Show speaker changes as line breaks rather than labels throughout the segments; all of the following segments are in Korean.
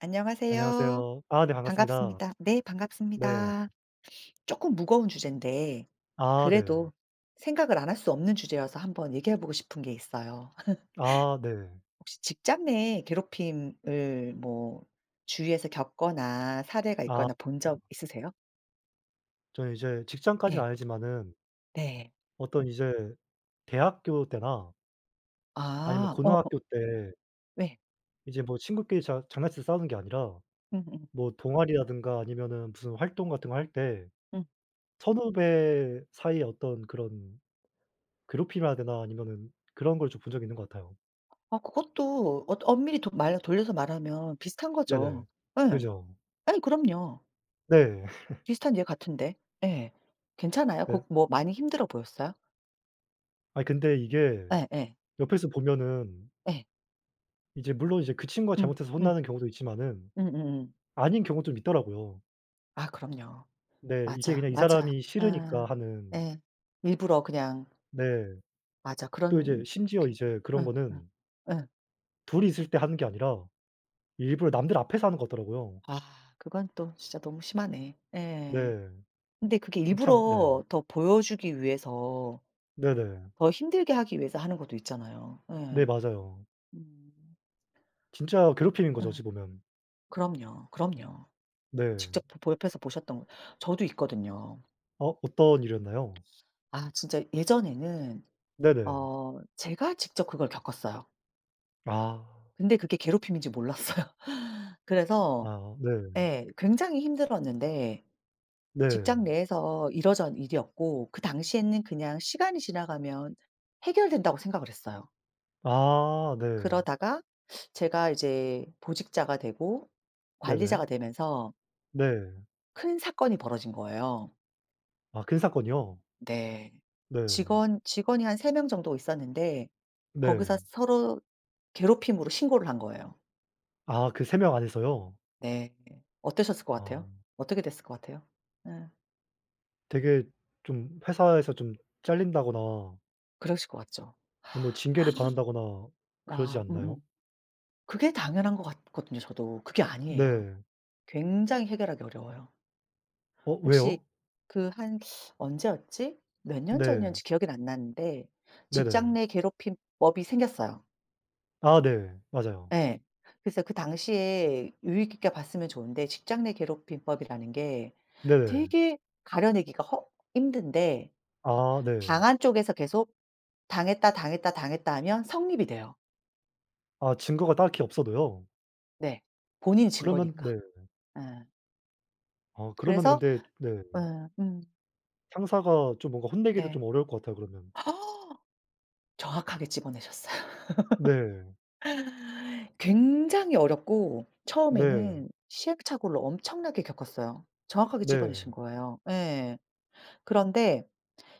안녕하세요.
안녕하세요. 아 네, 반갑습니다.
반갑습니다. 네,
네.
반갑습니다. 조금 무거운 주제인데
아 네.
그래도 생각을 안 할 수 없는 주제여서 한번 얘기해 보고 싶은 게 있어요.
아 네.
혹시 직장 내 괴롭힘을 뭐 주위에서 겪거나 사례가
아
있거나 본 적 있으세요?
저는 이제 직장까지는
네,
아니지만은
네.
어떤 이제 대학교 때나 아니면
아. 어어.
고등학교 때
왜?
이제 뭐 친구끼리 자 장난치듯 싸우는 게 아니라
음음. 음. 음.
뭐 동아리라든가 아니면은 무슨 활동 같은 거 할 때
음. 음.
선후배 사이의 어떤 그런 괴롭힘이라 해야 되나 아니면은 그런 걸 좀 본 적이 있는 것 같아요.
아, 그것도 엄밀히 도 말 돌려서 말하면 비슷한 거죠.
네네.
예.
그죠.
아니 그럼요.
네.
비슷한 예 같은데. 예. 괜찮아요? 그
네.
뭐 많이 힘들어 보였어요?
아니 근데 이게
예예. 예.
옆에서 보면은
예.
이제 물론 이제 그 친구가
음.
잘못해서
음.
혼나는 경우도 있지만은
음음음.
아닌 경우도 좀 있더라고요.
아 그럼요.
네. 이게
맞아,
그냥 이
맞아.
사람이 싫으니까
아
하는.
예. 일부러 그냥
네.
맞아.
또 이제
그런
심지어
게
이제 그런
응 응.
거는
응.
둘이 있을 때 하는 게 아니라 일부러 남들 앞에서 하는 것 같더라고요.
아, 그건 또 진짜 너무 심하네. 예.
네.
근데 그게
그럼 참 네.
일부러 더 보여주기 위해서
네네.
더 힘들게 하기 위해서 하는 것도 있잖아요.
네
예.
맞아요.
음.
진짜 괴롭힘인 거죠,
예.
어찌 보면.
그럼요, 그럼요.
네.
직접 보 옆에서 보셨던 거 저도 있거든요.
어 어떤 일이었나요?
아 진짜 예전에는
네네.
제가 직접 그걸 겪었어요.
아.
근데 그게 괴롭힘인지 몰랐어요. 그래서
아 네.
예 굉장히 힘들었는데
네.
직장 내에서 이러저런 일이었고 그 당시에는 그냥 시간이 지나가면 해결된다고 생각을 했어요.
아 네.
그러다가 제가 이제 보직자가 되고
네네.
관리자가 되면서
네.
큰 사건이 벌어진 거예요.
아 큰 사건이요?
네.
네.
직원이 한 3명 정도 있었는데 거기서
네.
서로 괴롭힘으로 신고를 한 거예요.
아 그 3명 안에서요?
네. 어떠셨을 것
아
같아요? 어떻게 됐을 것 같아요? 예.
되게 좀 회사에서 좀 잘린다거나
그러실 것 같죠.
아니면 뭐 징계를 받는다거나 그러지
와
않나요?
음음. 그게 당연한 것 같거든요 저도. 그게 아니에요.
네.
굉장히 해결하기 어려워요.
어
혹시
왜요?
그 한 언제였지? 몇 년
네.
전이었는지 기억이 안 나는데 직장
네네.
내 괴롭힘법이 생겼어요.
아 네. 맞아요.
예. 그래서 그 당시에 유익 있게 봤으면 좋은데 직장 내 괴롭힘법이라는 게
네네.
되게 가려내기가 허 힘든데
아 네.
당한 쪽에서 계속 "당했다, 당했다, 당했다." 하면 성립이 돼요.
아 증거가 딱히 없어도요?
네. 본인이
그러면
거니까.
네.
예.
아 그러면
그래서
근데 네
어 음
상사가 좀 뭔가 혼내기도 좀
네.
어려울 것 같아요 그러면.
정확하게 집어내셨어요.
네.
굉장히 어렵고
네.
처음에는 시행착오를 엄청나게 겪었어요. 정확하게 집어내신
네.
거예요. 예. 그런데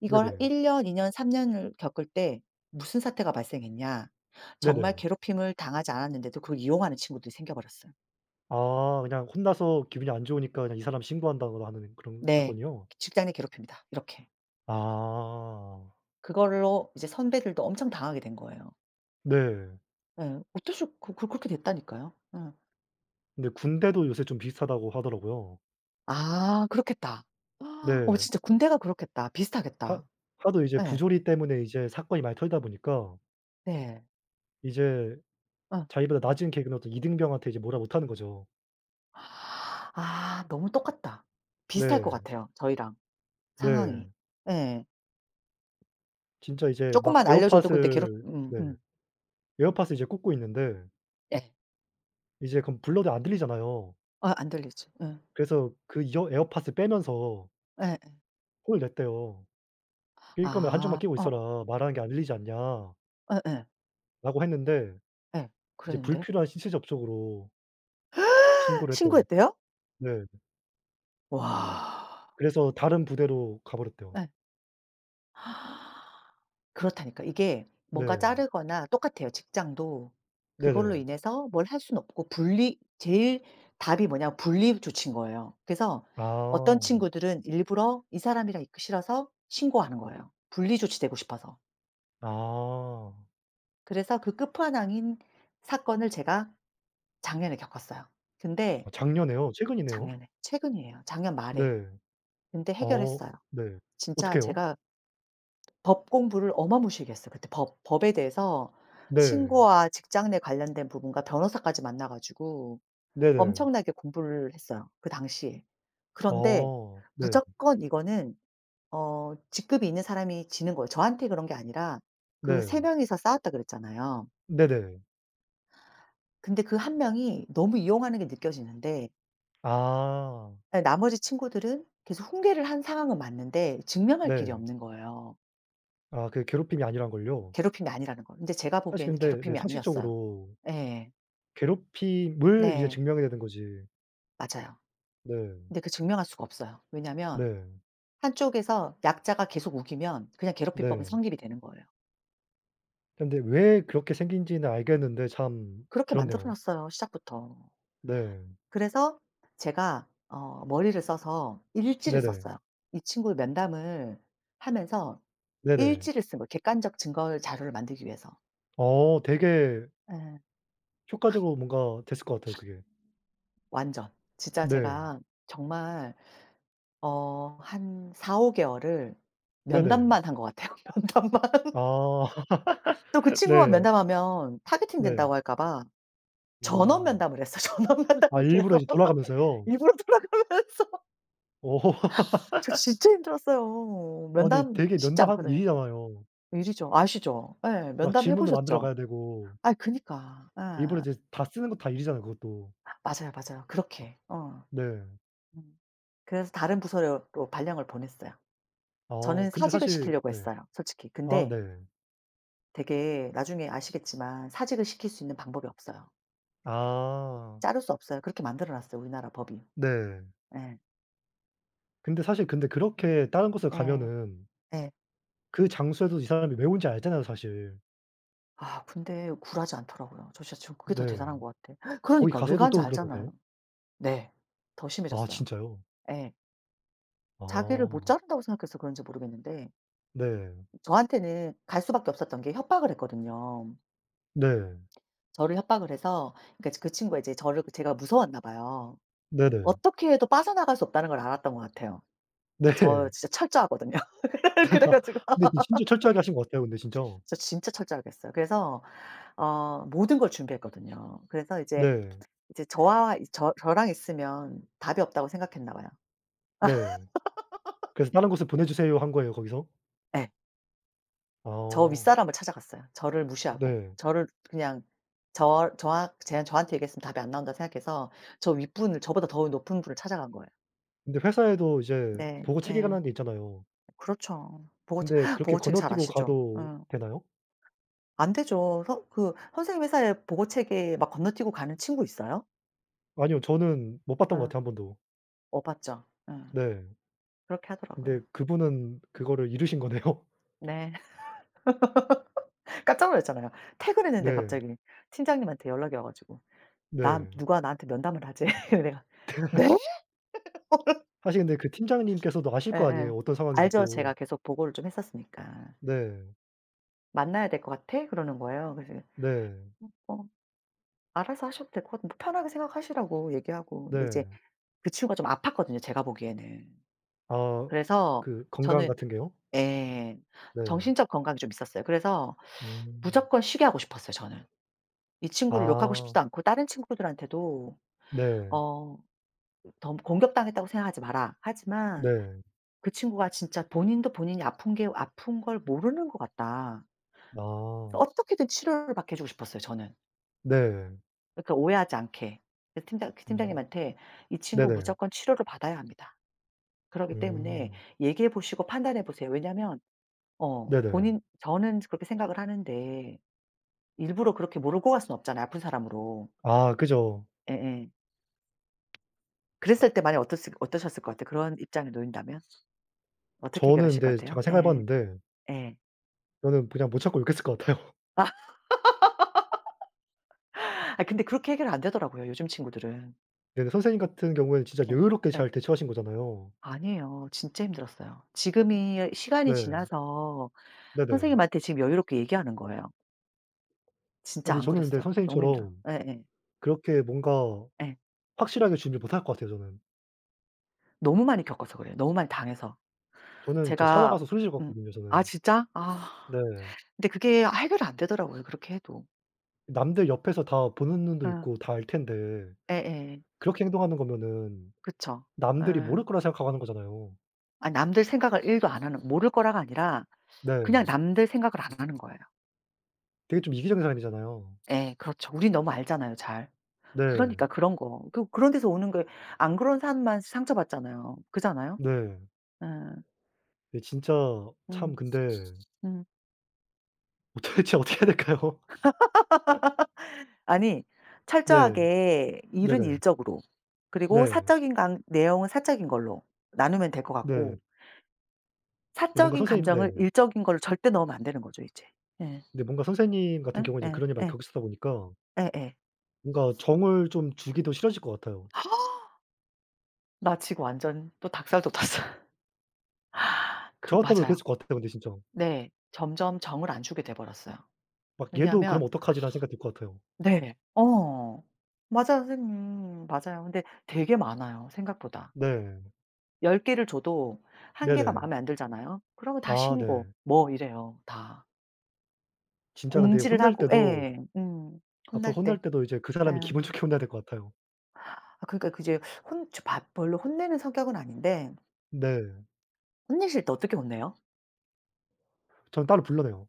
이걸
네네.
1 년, 2 년, 3 년을 겪을 때 무슨 사태가 발생했냐. 정말
네네.
괴롭힘을 당하지 않았는데도 그걸 이용하는 친구들이 생겨 버렸어요.
아 그냥 혼나서 기분이 안 좋으니까 그냥 "이 사람 신고한다."거나 하는 그런
네.
사건이요?
"직장 내 괴롭힘이다." 이렇게.
아.
그걸로 이제 선배들도 엄청 당하게 된 거예요.
네.
예. 어쩔 수 그렇게 됐다니까요. 예.
근데 군대도 요새 좀 비슷하다고 하더라고요.
아, 그렇겠다.
네.
진짜 군대가 그렇겠다.
하
비슷하겠다.
하도 이제
예.
부조리 때문에 이제 사건이 많이 털다 보니까
네.
이제
어.
자기보다 낮은 계급의 어떤 이등병한테 이제 뭐라 못하는 거죠.
아, 너무 똑같다. 비슷할 것
네.
같아요 저희랑
네.
상황이. 예.
진짜 이제 막
쪼끔만 알려줘도 근데 괴롭
에어팟을. 네. 에어팟을 이제 꽂고 있는데
예.
이제 그럼 불러도 안 들리잖아요.
안 들리지. 예.
그래서 그 이어 에어팟을 빼면서
예예.
혼을 냈대요. "낄 거면 한 쪽만
아.
끼고 있어라. 말하는 게 안 들리지 않냐."라고
예예.
했는데
예. 예.
이제
그랬는데
불필요한 신체 접촉으로 신고를 했대요.
신고했대요?
네.
와.
그래서 다른 부대로 가 버렸대요.
예. 그렇다니까. 이게 뭔가
네.
자르거나 똑같아요 직장도. 그걸로
네네.
인해서 뭘 할 수는 없고 분리 제일 답이 뭐냐 분리 조치인 거예요. 그래서 어떤
아.
친구들은 일부러 이 사람이랑 있기 싫어서 신고하는 거예요 분리 조치되고 싶어서.
아.
그래서 그 끝판왕인 사건을 제가 작년에 겪었어요.
아
근데
작년에요? 최근이네요.
작년에 최근이에요. 작년 말에.
네.
근데
어
해결했어요.
네.
진짜
어떡해요?
제가 법 공부를 어마무시하게 했어요. 그때 법 법에 대해서
네.
신고와 직장 내 관련된 부분과 변호사까지 만나 가지고
네네.
엄청나게 공부를 했어요, 그 당시에. 그런데
어 네.
무조건 이거는 직급이 있는 사람이 지는 거예요. 저한테 그런 게 아니라 그 세
네.
명이서 싸웠다 그랬잖아요.
네네.
근데 그 한 명이 너무 이용하는 게 느껴지는데,
아.
예, 나머지 친구들은 계속 훈계를 한 상황은 맞는데 증명할 길이
네.
없는 거예요,
아 그게 괴롭힘이 아니란 걸요?
괴롭힘이 아니라는 걸. 근데 제가
사실
보기에는
근데 네
괴롭힘이 아니었어요.
상식적으로
예.
괴롭힘을 이제
네.
증명해야 되는 거지.
맞아요.
네.
근데 그 증명할 수가 없어요. 왜냐면
네.
한쪽에서 약자가 계속 우기면 그냥 괴롭히법은
네.
성립이 되는 거예요.
근데 왜 그렇게 생긴지는 알겠는데 참
그렇게 만들어
그렇네요.
놨어요, 시작부터.
네.
그래서 제가 머리를 써서 일지를
네네.
썼어요. 이 친구 면담을 하면서
네네.
일지를 쓴 거예요, 객관적 증거 자료를 만들기 위해서.
어 되게
예.
효과적으로 뭔가 됐을 것 같아요 그게.
완전. 진짜
네.
제가 정말 한 4-5 개월을
네네.
면담만 한 것 같아요, 면담만.
아
또 그 친구와
네.
면담하면 타겟팅
네.
된다고 할까 봐 전원
음.
면담을 했어. 전원
아
면담을
일부러
계속
이제 돌아가면서요?
일부러 돌아가면서.
어.
저 진짜 힘들었어요.
아 근데
면담
되게
쉽지
면담한
않거든요.
일이잖아요.
일이죠. 아시죠? 예.
막
면담해
질문도 만들어
보셨죠?
가야 되고
아이 그니까.
일부러
예.
이제 다 쓰는 거 다 일이잖아요 그것도.
맞아요, 맞아요. 그렇게. 어.
네.
음. 그래서 다른 부서로 발령을 보냈어요.
어
저는
근데
사직을
사실
시키려고
네.
했어요, 솔직히.
아
근데
네.
되게 나중에 아시겠지만 사직을 시킬 수 있는 방법이 없어요.
아.
자를 수 없어요. 그렇게 만들어 놨어요, 우리나라 법이.
네.
예.
근데 사실 근데
음.
그렇게 다른 곳을
예.
가면은
예.
그 장소에도 이 사람이 왜 온지 알잖아요 사실.
아 근데 굴하지 않더라고요. 저 진짜 지금 그게 더
네.
대단한 것 같아.
거기
그러니까 왜
가서도
간지
또 그러던가요?
알잖아요. 네. 더
아
심해졌어요.
진짜요?
예. 자기를 못
아.
자른다고 생각해서 그런지 모르겠는데
네.
저한테는 갈 수밖에 없었던 게 협박을 했거든요.
네.
저를 협박을 해서 그러니까 그 친구가 이제 저를 제가 무서웠나 봐요.
네네.
어떻게 해도 빠져나갈 수 없다는 걸 알았던 것 같아요.
네.
저 진짜 철저하거든요. 그래 가지고
근데 이 진짜 철저하게 하신 것 같아요 근데 진짜.
저 진짜 철저하게 했어요. 그래서 모든 걸 준비했거든요. 그래서 이제
네.
저와 저 저랑 있으면 답이 없다고 생각했나 봐요.
네. 그래서 "다른 곳에 보내주세요." 한 거예요 거기서?
예. 저
아.
윗사람을 찾아갔어요. 저를 무시하고
네.
저를 그냥 저한테 얘기했으면 답이 안 나온다 생각해서 저 윗분을, 저보다 더 높은 분을 찾아간 거예요.
근데 회사에도 이제
네.
보고
예.
체계관이라는 게 있잖아요.
그렇죠.
근데 그렇게
보고책이 잘
건너뛰고
아시죠?
가도
예.
되나요?
안 되죠. 서 그 선생님 회사에 보고책에 막 건너뛰고 가는 친구 있어요?
아니요. 저는 못 봤던 것
예.
같아요 한 번도.
봤죠. 예.
네.
그렇게
근데
하더라고요.
그분은 그거를 이루신 거네요.
네. 깜짝 놀랐잖아요. 퇴근했는데
네.
갑자기 팀장님한테 연락이 와 가지고. 나
네.
누가 나한테 면담을 하지? 그래서 내가 네?
사실 근데 그 팀장님께서도 아실 거
예예.
아니에요 어떤 상황인지
알죠. 제가
또.
계속 보고를 좀 했었으니까.
네.
"만나야 될 것 같아?" 그러는 거예요. 그래서
네.
"어 알아서 하셔도 될 것 같 뭐 편하게 생각하시라고 얘기하고." 근데 이제
네.
그 친구가 좀 아팠거든요, 제가 보기에는.
아
그래서
그 건강
저는,
같은 게요?
예,
네.
정신적 건강이 좀 있었어요. 그래서
음.
무조건 쉬게 하고 싶었어요, 저는. 이 친구를 욕하고
아
싶지도 않고 다른 친구들한테도
네.
어 더 '공격당했다고 생각하지 마라.' 하지만
네.
그 친구가 진짜 본인도 본인이 아픈 게 아픈 걸 모르는 것 같다.
아
어떻게든 치료를 받게 해 주고 싶었어요 저는.
네.
그러니까 오해하지 않게. 그 팀장 그
음.
팀장님한테 "이 친구
네네.
무조건 치료를 받아야 합니다. 그러기 때문에
음.
얘기해 보시고 판단해 보세요." 왜냐면 어
네네.
본인 저는 그렇게 생각을 하는데 일부러 그렇게 모르고 갈 수는 없잖아요 아픈 사람으로.
아 그죠.
예예. 그랬을 때 만약에 어떠셨을 것 같아요? 그런 입장에 놓인다면? 어떻게
저는
해결하실 것
근데
같아요?
잠깐 생각해
예.
봤는데
예.
저는 그냥 못 참고 욕했을 것 같아요.
아, 아, 근데 그렇게 해결 안 되더라고요 요즘 친구들은.
네네. 선생님 같은 경우에는 진짜
예.
여유롭게
예.
잘 대처하신 거잖아요.
아니에요. 진짜 힘들었어요. 지금이 시간이
네.
지나서
네네.
선생님한테 지금 여유롭게 얘기하는 거예요.
아
진짜
근데
안
저는 근데
그랬어요. 너무 힘들어.
선생님처럼
예예.
그렇게 뭔가
예.
확실하게 준비 못 할 것 같아요 저는.
너무 많이 겪어서 그래요. 너무 많이 당해서.
저는 진짜
제가
찾아가서 소리 지를 것
음.
같거든요
아
저는.
진짜? 아.
네.
근데 그게 해결이 안 되더라고요, 그렇게 해도.
남들 옆에서 다 보는 눈도
어.
있고 다 알 텐데
예예.
그렇게 행동하는 거면은
그쵸.
남들이
예.
모를 거라 생각하고 하는 거잖아요.
아 남들 생각을 1도 안 하는 모를 거라가 아니라 그냥
네.
남들 생각을 안 하는 거예요.
되게 좀 이기적인 사람이잖아요.
예. 그렇죠. 우린 너무 알잖아요, 잘.
네.
그러니까 그런 거. 그런 데서 오는 거 안 그런 사람만 상처받잖아요. 그잖아요.
네.
예.
네 진짜 참
음.
근데
음.
도대체 어떻게 해야 될까요?
아니
네.
철저하게
네네.
일은 일적으로 그리고
네.
사적인 강 내용은 사적인 걸로 나누면 될 것
네.
같고
네 뭔가
사적인
선생님 네.
감정을 일적인 걸로 절대 넣으면 안 되는 거죠 이제. 예.
네 뭔가 선생님 같은
응?
경우에 이제
예
그런 일 많이
예
겪으시다 보니까
예 예예.
뭔가 정을 좀 주기도 싫어질 것 같아요.
나 지금 완전 또 닭살 돋았어요. 그
저 같아도
맞아요.
그랬을 것 같아요 근데 진짜.
네. 점점 정을 안 주게 돼 버렸어요.
막 '얘도
왜냐하면
그러면 어떡하지?'라는 생각이 들 것 같아요.
네. 어. 맞아요 선생님. 맞아요. 근데 되게 많아요 생각보다.
네.
10 개를 줘도 1 개가
네네.
마음에 안 들잖아요. 그러면 다
아
신고
네.
뭐 이래요 다.
진짜 근데
공지를
혼낼
하고
때도
예. 음.
앞으로
혼날 때.
혼낼 때도 이제 그
예.
사람이 기분 좋게 혼내야 될 것 같아요.
아 그러니까 그 이제 혼 저 바 별로 혼내는 성격은 아닌데
네.
혼내실 때 어떻게 혼내요?
저는 따로 불러내요.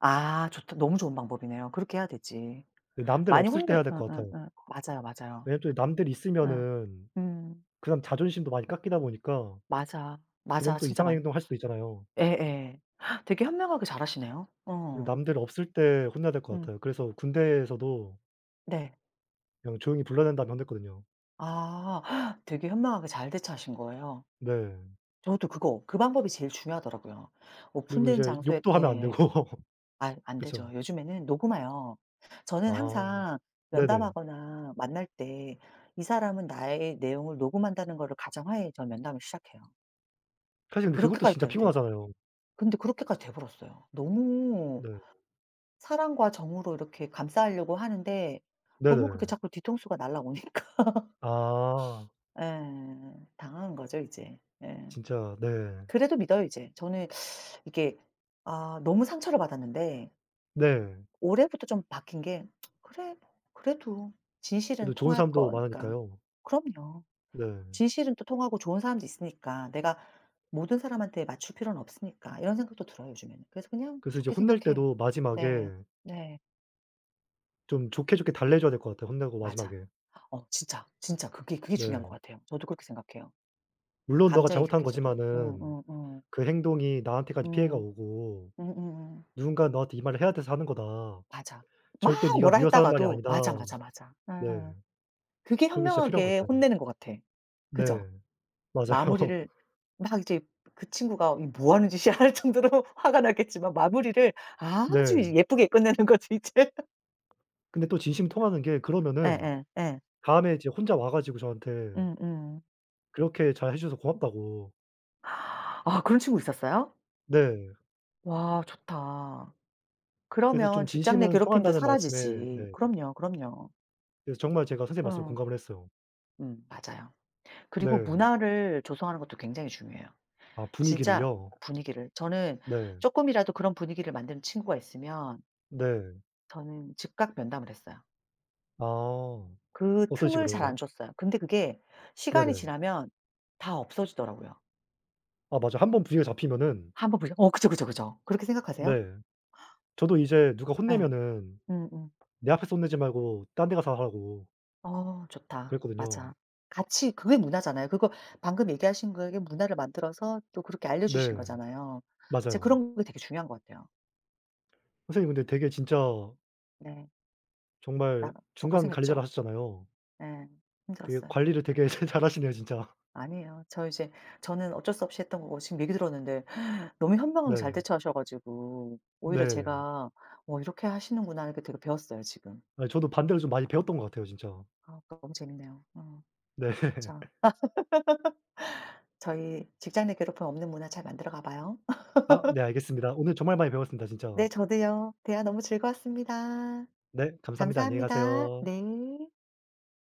아 좋다. 너무 좋은 방법이네요. 그렇게 해야 되지.
네 남들
많이
없을 때
혼내
해야 될 것
응응응.
같아요.
맞아요, 맞아요.
왜냐면 또 남들
예.
있으면은
음.
그 사람 자존심도 많이 깎이다 보니까
맞아.
그럼
맞아.
또
진짜
이상한
맞는
행동할 수도 있잖아요.
예예. 되게 현명하게 잘하시네요.
그래서
어.
남들 없을 때 혼내야 될 것
음
같아요. 그래서 군대에서도
네.
그냥 조용히 불러낸 다음에 혼냈거든요.
아 되게 현명하게 잘 대처하신 거예요.
네.
저도 그거 그 방법이 제일 중요하더라고요.
그리고
오픈된
이제
장소에
욕도 하면 안 되고.
예. 아 안
그쵸.
되죠. 요즘에는 녹음해요. 저는
아.
항상
네네.
면담하거나 만날 때 이 사람은 나의 내용을 녹음한다는 거를 가정하에 전 면담을 시작해요.
사실 근데 그것도
그렇게까지
진짜
돼 돼
피곤하잖아요.
근데 그렇게까지 돼 버렸어요. 너무
네.
사랑과 정으로 이렇게 감싸려고 하는데 너무 그게
네네.
자꾸 뒤통수가 날아오니까.
아.
예. 당한 거죠 이제. 예.
진짜 네.
그래도 믿어요 이제. 저는 이게 아 너무 상처를 받았는데
네.
올해부터 좀 바뀐 게 '그래 뭐 그래도
그래도
진실은
좋은
통할
사람도
거니까.'
많으니까요.
그럼요.
네.
진실은 또 통하고 좋은 사람도 있으니까 내가 모든 사람한테 맞출 필요는 없으니까 이런 생각도 들어요 요즘에는. 그래서 그냥
그래서 이제
좋게
혼낼
생각해요.
때도 마지막에
네. 네.
좀 좋게, 좋게 달래 줘야 될 것 같아요, 혼내고
맞아.
마지막에.
진짜, 진짜 그게 중요한 것
네.
같아요. 저도 그렇게 생각해요
물론 "너가
감정이
잘못한
격해져도.
거지만은 그 행동이 나한테까지 피해가
음.
오고
음음음.
누군가는 너한테 이 말을 해야 돼서 하는 거다.
맞아.
절대
막
네가
뭐라
미워서 하는 말이
했다가도
아니다."
"맞아, 맞아, 맞아." 아
네.
그게
그런 게 진짜 필요한 것
현명하게
같아요.
혼내는 것 같아. 그죠?
네. 맞아요.
마무리를 막 이제 그 친구가 '이 뭐 하는 짓이야.' 할 정도로 화가 났겠지만 마무리를 아주
네.
이제 예쁘게 끝내는 거지 이제.
근데 또 진심이 통하는 게 그러면은
예예 예.
다음에 이제 혼자 와 가지고 저한테
음음.
"그렇게 잘해 주셔서 고맙다."고.
아 그런 친구 있었어요?
네.
와 좋다.
그래서 좀
그러면 직장 내
진심은
괴롭힘도
통한다는 말씀에, 네.
사라지지. 그럼요, 그럼요.
그래서 정말 제가 선생님 말씀에
어.
공감을 했어요.
맞아요. 그리고
네.
문화를 조성하는 것도 굉장히 중요해요.
아
진짜
분위기를요?
분위기를. 저는
네.
조금이라도 그런 분위기를 만드는 친구가 있으면
네.
저는 즉각 면담을 했어요.
아.
그
어떤
틈을 잘 안
식으로요?
줬어요. 근데 그게 시간이
네네.
지나면 다 없어지더라고요.
아 맞아. 한 번 분위기가 잡히면은.
한번 보요어 그죠, 그죠, 그죠. 그렇게 생각하세요?
네. 저도 이제 누가
예.
혼내면은
음음.
"내 앞에서 혼내지 말고 딴 데 가서 하라."고
좋다.
그랬거든요.
맞아. 같이 그게 문화잖아요. 그거 방금 얘기하신 거에 문화를 만들어서 또 그렇게 알려주신
네.
거잖아요. 진짜
맞아요.
그런 게 되게 중요한 것 같아요.
선생님 근데 되게 진짜
네.
정말
나 저
중간 관리자를
고생했죠.
하셨잖아요.
네,
되게
힘들었어요.
관리를 되게 잘 잘하시네요 진짜.
아니에요. 저는 어쩔 수 없이 했던 거고 지금 얘기 들었는데 너무 현명하게 잘
네.
대처하셔 가지고 오히려
네.
제가 '어 이렇게 하시는구나.' 이렇게 되게 배웠어요 지금.
아니 저도 반대로 좀 많이 배웠던 것 같아요 진짜.
아 너무 재밌네요.
네.
그쵸. 저희 직장 내 괴롭힘 없는 문화 잘 만들어 가 봐요.
아 네 알겠습니다. 오늘 정말 많이 배웠습니다 진짜.
네 저도요. 대화 너무 즐거웠습니다.
네. 감사합니다. 안녕히
감사합니다.
가세요.
네.